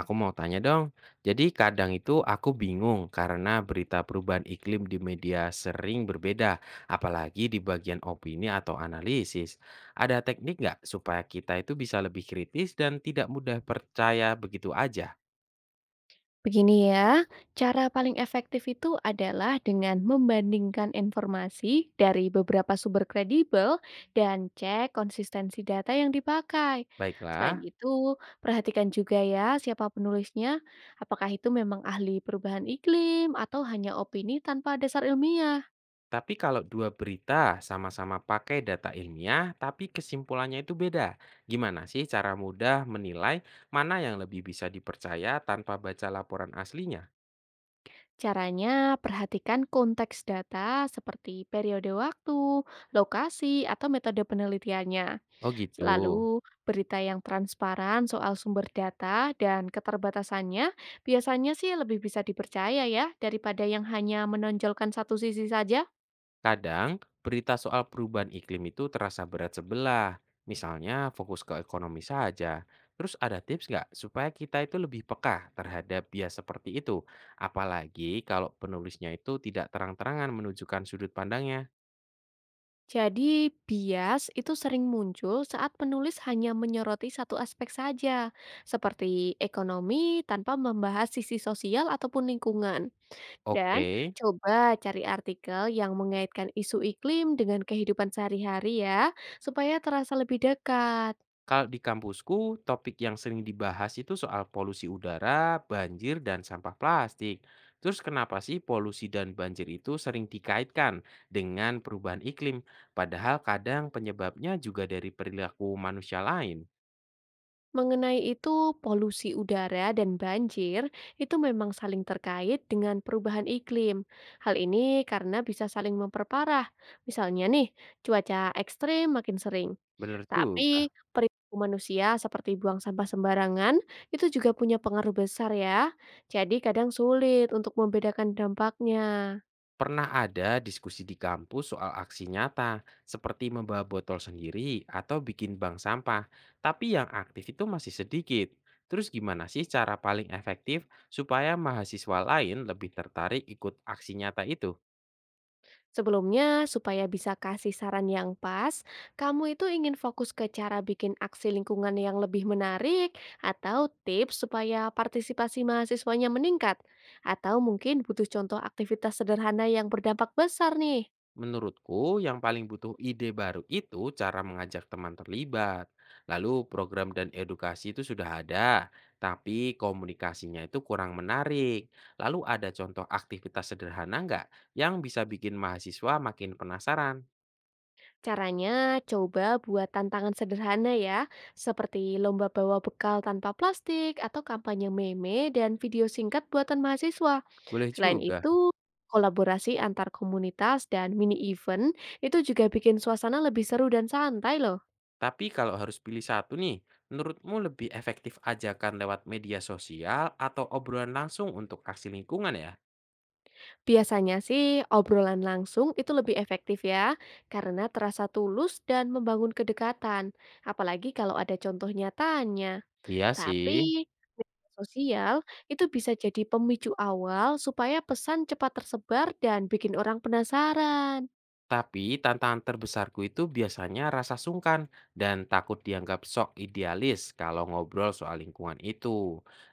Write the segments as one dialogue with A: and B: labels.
A: Aku mau tanya dong. Jadi kadang itu aku bingung karena berita perubahan iklim di media sering berbeda, apalagi di bagian opini atau analisis. Ada teknik nggak supaya kita itu bisa lebih kritis dan tidak mudah percaya begitu aja?
B: Begini ya, cara paling efektif itu adalah dengan membandingkan informasi dari beberapa sumber kredibel dan cek konsistensi data yang dipakai. Selain
A: Baiklah,
B: itu, perhatikan juga ya siapa penulisnya, apakah itu memang ahli perubahan iklim atau hanya opini tanpa dasar ilmiah.
A: tapi kalau dua berita sama-sama pakai data ilmiah, tapi kesimpulannya itu beda, gimana sih cara mudah menilai mana yang lebih bisa dipercaya tanpa baca laporan aslinya?
B: Caranya, perhatikan konteks data seperti periode waktu, lokasi, atau metode penelitiannya.
A: Oh gitu.
B: Lalu, berita yang transparan soal sumber data dan keterbatasannya biasanya sih lebih bisa dipercaya ya daripada yang hanya menonjolkan satu sisi saja.
A: Kadang, berita soal perubahan iklim itu terasa berat sebelah. Misalnya fokus ke ekonomi saja. Terus ada tips nggak supaya kita itu lebih peka terhadap bias seperti itu? Apalagi kalau penulisnya itu tidak terang-terangan menunjukkan sudut pandangnya.
B: Jadi, bias itu sering muncul saat penulis hanya menyoroti satu aspek saja, seperti ekonomi tanpa membahas sisi sosial ataupun lingkungan. Dan
A: Oke.
B: coba cari artikel yang mengaitkan isu iklim dengan kehidupan sehari-hari ya, supaya terasa lebih dekat.
A: Kalau di kampusku, topik yang sering dibahas itu soal polusi udara, banjir, dan sampah plastik. Terus kenapa sih polusi dan banjir itu sering dikaitkan dengan perubahan iklim? Padahal kadang penyebabnya juga dari perilaku manusia lain.
B: Mengenai itu, polusi udara dan banjir itu memang saling terkait dengan perubahan iklim. Hal ini karena bisa saling memperparah. Misalnya nih, cuaca ekstrim makin sering.
A: Bener
B: Tapi
A: juga.
B: perilaku manusia seperti buang sampah sembarangan itu juga punya pengaruh besar ya. Jadi kadang sulit untuk membedakan dampaknya.
A: Pernah ada diskusi di kampus soal aksi nyata, seperti membawa botol sendiri atau bikin bank sampah, tapi yang aktif itu masih sedikit. Terus gimana sih cara paling efektif supaya mahasiswa lain lebih tertarik ikut aksi nyata itu?
B: Sebelumnya, supaya bisa kasih saran yang pas, kamu itu ingin fokus ke cara bikin aksi lingkungan yang lebih menarik atau tips supaya partisipasi mahasiswanya meningkat? Atau mungkin butuh contoh aktivitas sederhana yang berdampak besar nih?
A: Menurutku, yang paling butuh ide baru itu cara mengajak teman terlibat. Lalu program dan edukasi itu sudah ada, tapi komunikasinya itu kurang menarik. Lalu ada contoh aktivitas sederhana nggak yang bisa bikin mahasiswa makin penasaran?
B: Caranya, coba buat tantangan sederhana ya, seperti lomba bawa bekal tanpa plastik atau kampanye meme dan video singkat buatan mahasiswa.
A: Boleh
B: Selain
A: juga.
B: itu, kolaborasi antar komunitas dan mini event itu juga bikin suasana lebih seru dan santai loh.
A: Tapi kalau harus pilih satu nih, menurutmu lebih efektif ajakan lewat media sosial atau obrolan langsung untuk aksi lingkungan ya?
B: Biasanya sih obrolan langsung itu lebih efektif ya, karena terasa tulus dan membangun kedekatan. Apalagi kalau ada contoh nyatanya.
A: Iya sih.
B: Tapi, media sosial itu bisa jadi pemicu awal supaya pesan cepat tersebar dan bikin orang penasaran.
A: Tapi tantangan terbesarku itu biasanya rasa sungkan dan takut dianggap sok idealis kalau ngobrol soal lingkungan itu.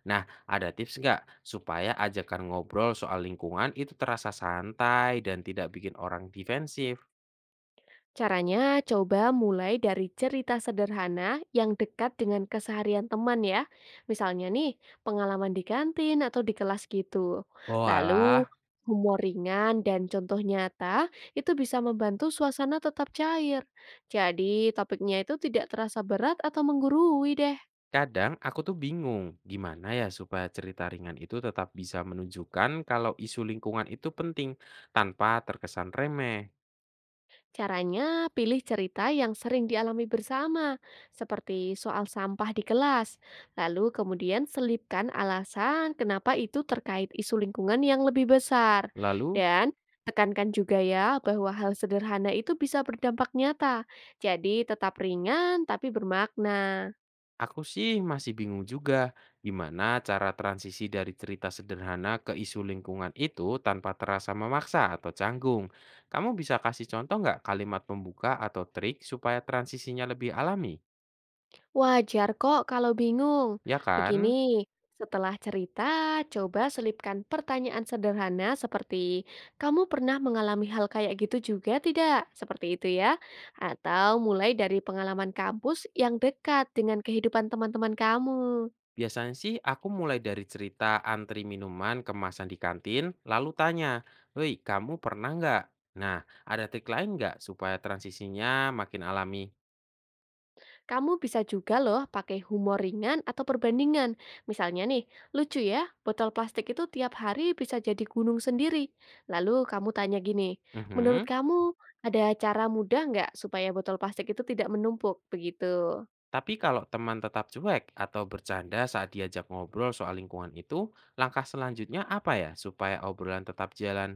A: Nah, ada tips nggak supaya ajakan ngobrol soal lingkungan itu terasa santai dan tidak bikin orang defensif?
B: Caranya coba mulai dari cerita sederhana yang dekat dengan keseharian teman ya. Misalnya nih, pengalaman di kantin atau di kelas gitu.
A: Oh
B: Lalu,
A: alah,
B: humor ringan dan contoh nyata itu bisa membantu suasana tetap cair. Jadi, topiknya itu tidak terasa berat atau menggurui deh.
A: kadang aku tuh bingung gimana ya supaya cerita ringan itu tetap bisa menunjukkan kalau isu lingkungan itu penting tanpa terkesan remeh.
B: Caranya, pilih cerita yang sering dialami bersama, seperti soal sampah di kelas. Lalu kemudian selipkan alasan kenapa itu terkait isu lingkungan yang lebih besar.
A: Lalu
B: Dan tekankan juga ya bahwa hal sederhana itu bisa berdampak nyata. Jadi tetap ringan tapi bermakna.
A: aku sih masih bingung juga gimana cara transisi dari cerita sederhana ke isu lingkungan itu tanpa terasa memaksa atau canggung. Kamu bisa kasih contoh nggak kalimat pembuka atau trik supaya transisinya lebih alami?
B: Wajar kok kalau bingung.
A: Ya kan?
B: Begini, setelah cerita, coba selipkan pertanyaan sederhana seperti, kamu pernah mengalami hal kayak gitu juga tidak? Seperti itu ya. Atau mulai dari pengalaman kampus yang dekat dengan kehidupan teman-teman kamu.
A: Biasanya sih aku mulai dari cerita antri minuman kemasan di kantin, lalu tanya, "Woi, kamu pernah nggak?" Nah, ada trik lain nggak supaya transisinya makin alami?
B: Kamu bisa juga loh pakai humor ringan atau perbandingan. Misalnya nih, lucu ya, botol plastik itu tiap hari bisa jadi gunung sendiri. Lalu kamu tanya gini, menurut
A: Mhm.
B: kamu ada cara mudah nggak supaya botol plastik itu tidak menumpuk begitu?
A: Tapi kalau teman tetap cuek atau bercanda saat diajak ngobrol soal lingkungan itu, langkah selanjutnya apa ya supaya obrolan tetap jalan?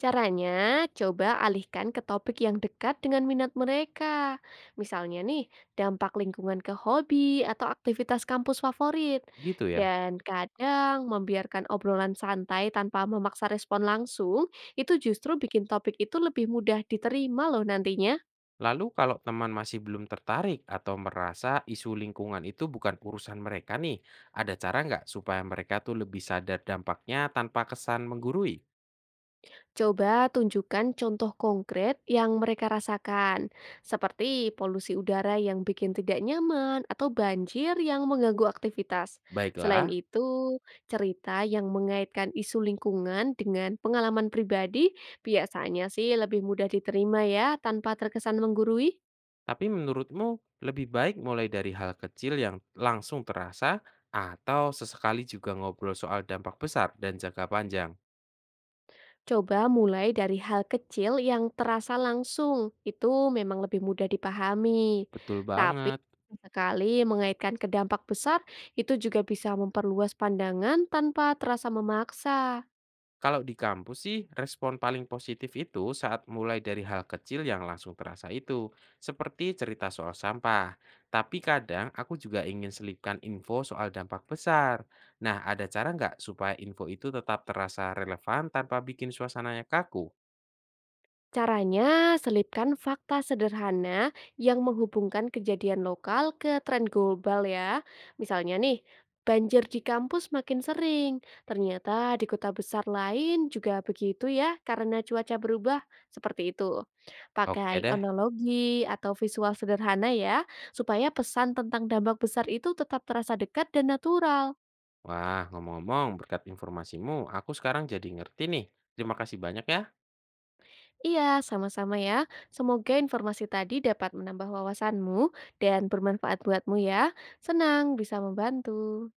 B: Caranya, coba alihkan ke topik yang dekat dengan minat mereka. Misalnya nih, dampak lingkungan ke hobi atau aktivitas kampus favorit.
A: Gitu ya.
B: Dan kadang membiarkan obrolan santai tanpa memaksa respon langsung, itu justru bikin topik itu lebih mudah diterima loh nantinya.
A: Lalu kalau teman masih belum tertarik atau merasa isu lingkungan itu bukan urusan mereka nih, ada cara nggak supaya mereka tuh lebih sadar dampaknya tanpa kesan menggurui?
B: Coba tunjukkan contoh konkret yang mereka rasakan, seperti polusi udara yang bikin tidak nyaman atau banjir yang mengganggu aktivitas. Selain
A: Baiklah,
B: itu, cerita yang mengaitkan isu lingkungan dengan pengalaman pribadi biasanya sih lebih mudah diterima ya, tanpa terkesan menggurui.
A: tapi menurutmu lebih baik mulai dari hal kecil yang langsung terasa atau sesekali juga ngobrol soal dampak besar dan jangka panjang?
B: Coba mulai dari hal kecil yang terasa langsung, itu memang lebih mudah dipahami.
A: Betul
B: Tapi
A: banget.
B: sekali mengaitkan ke dampak besar, itu juga bisa memperluas pandangan tanpa terasa memaksa.
A: Kalau di kampus sih, respon paling positif itu saat mulai dari hal kecil yang langsung terasa itu, seperti cerita soal sampah. Tapi kadang aku juga ingin selipkan info soal dampak besar. Nah, ada cara nggak supaya info itu tetap terasa relevan tanpa bikin suasananya kaku?
B: Caranya, selipkan fakta sederhana yang menghubungkan kejadian lokal ke tren global ya. Misalnya nih, banjir di kampus makin sering. Ternyata di kota besar lain juga begitu ya karena cuaca berubah seperti itu.
A: Oke
B: Pakai
A: deh.
B: analogi atau visual sederhana ya, supaya pesan tentang dampak besar itu tetap terasa dekat dan natural.
A: Wah, ngomong-ngomong, berkat informasimu, aku sekarang jadi ngerti nih. Terima kasih banyak ya.
B: Iya, sama-sama ya. Semoga informasi tadi dapat menambah wawasanmu dan bermanfaat buatmu ya. Senang bisa membantu.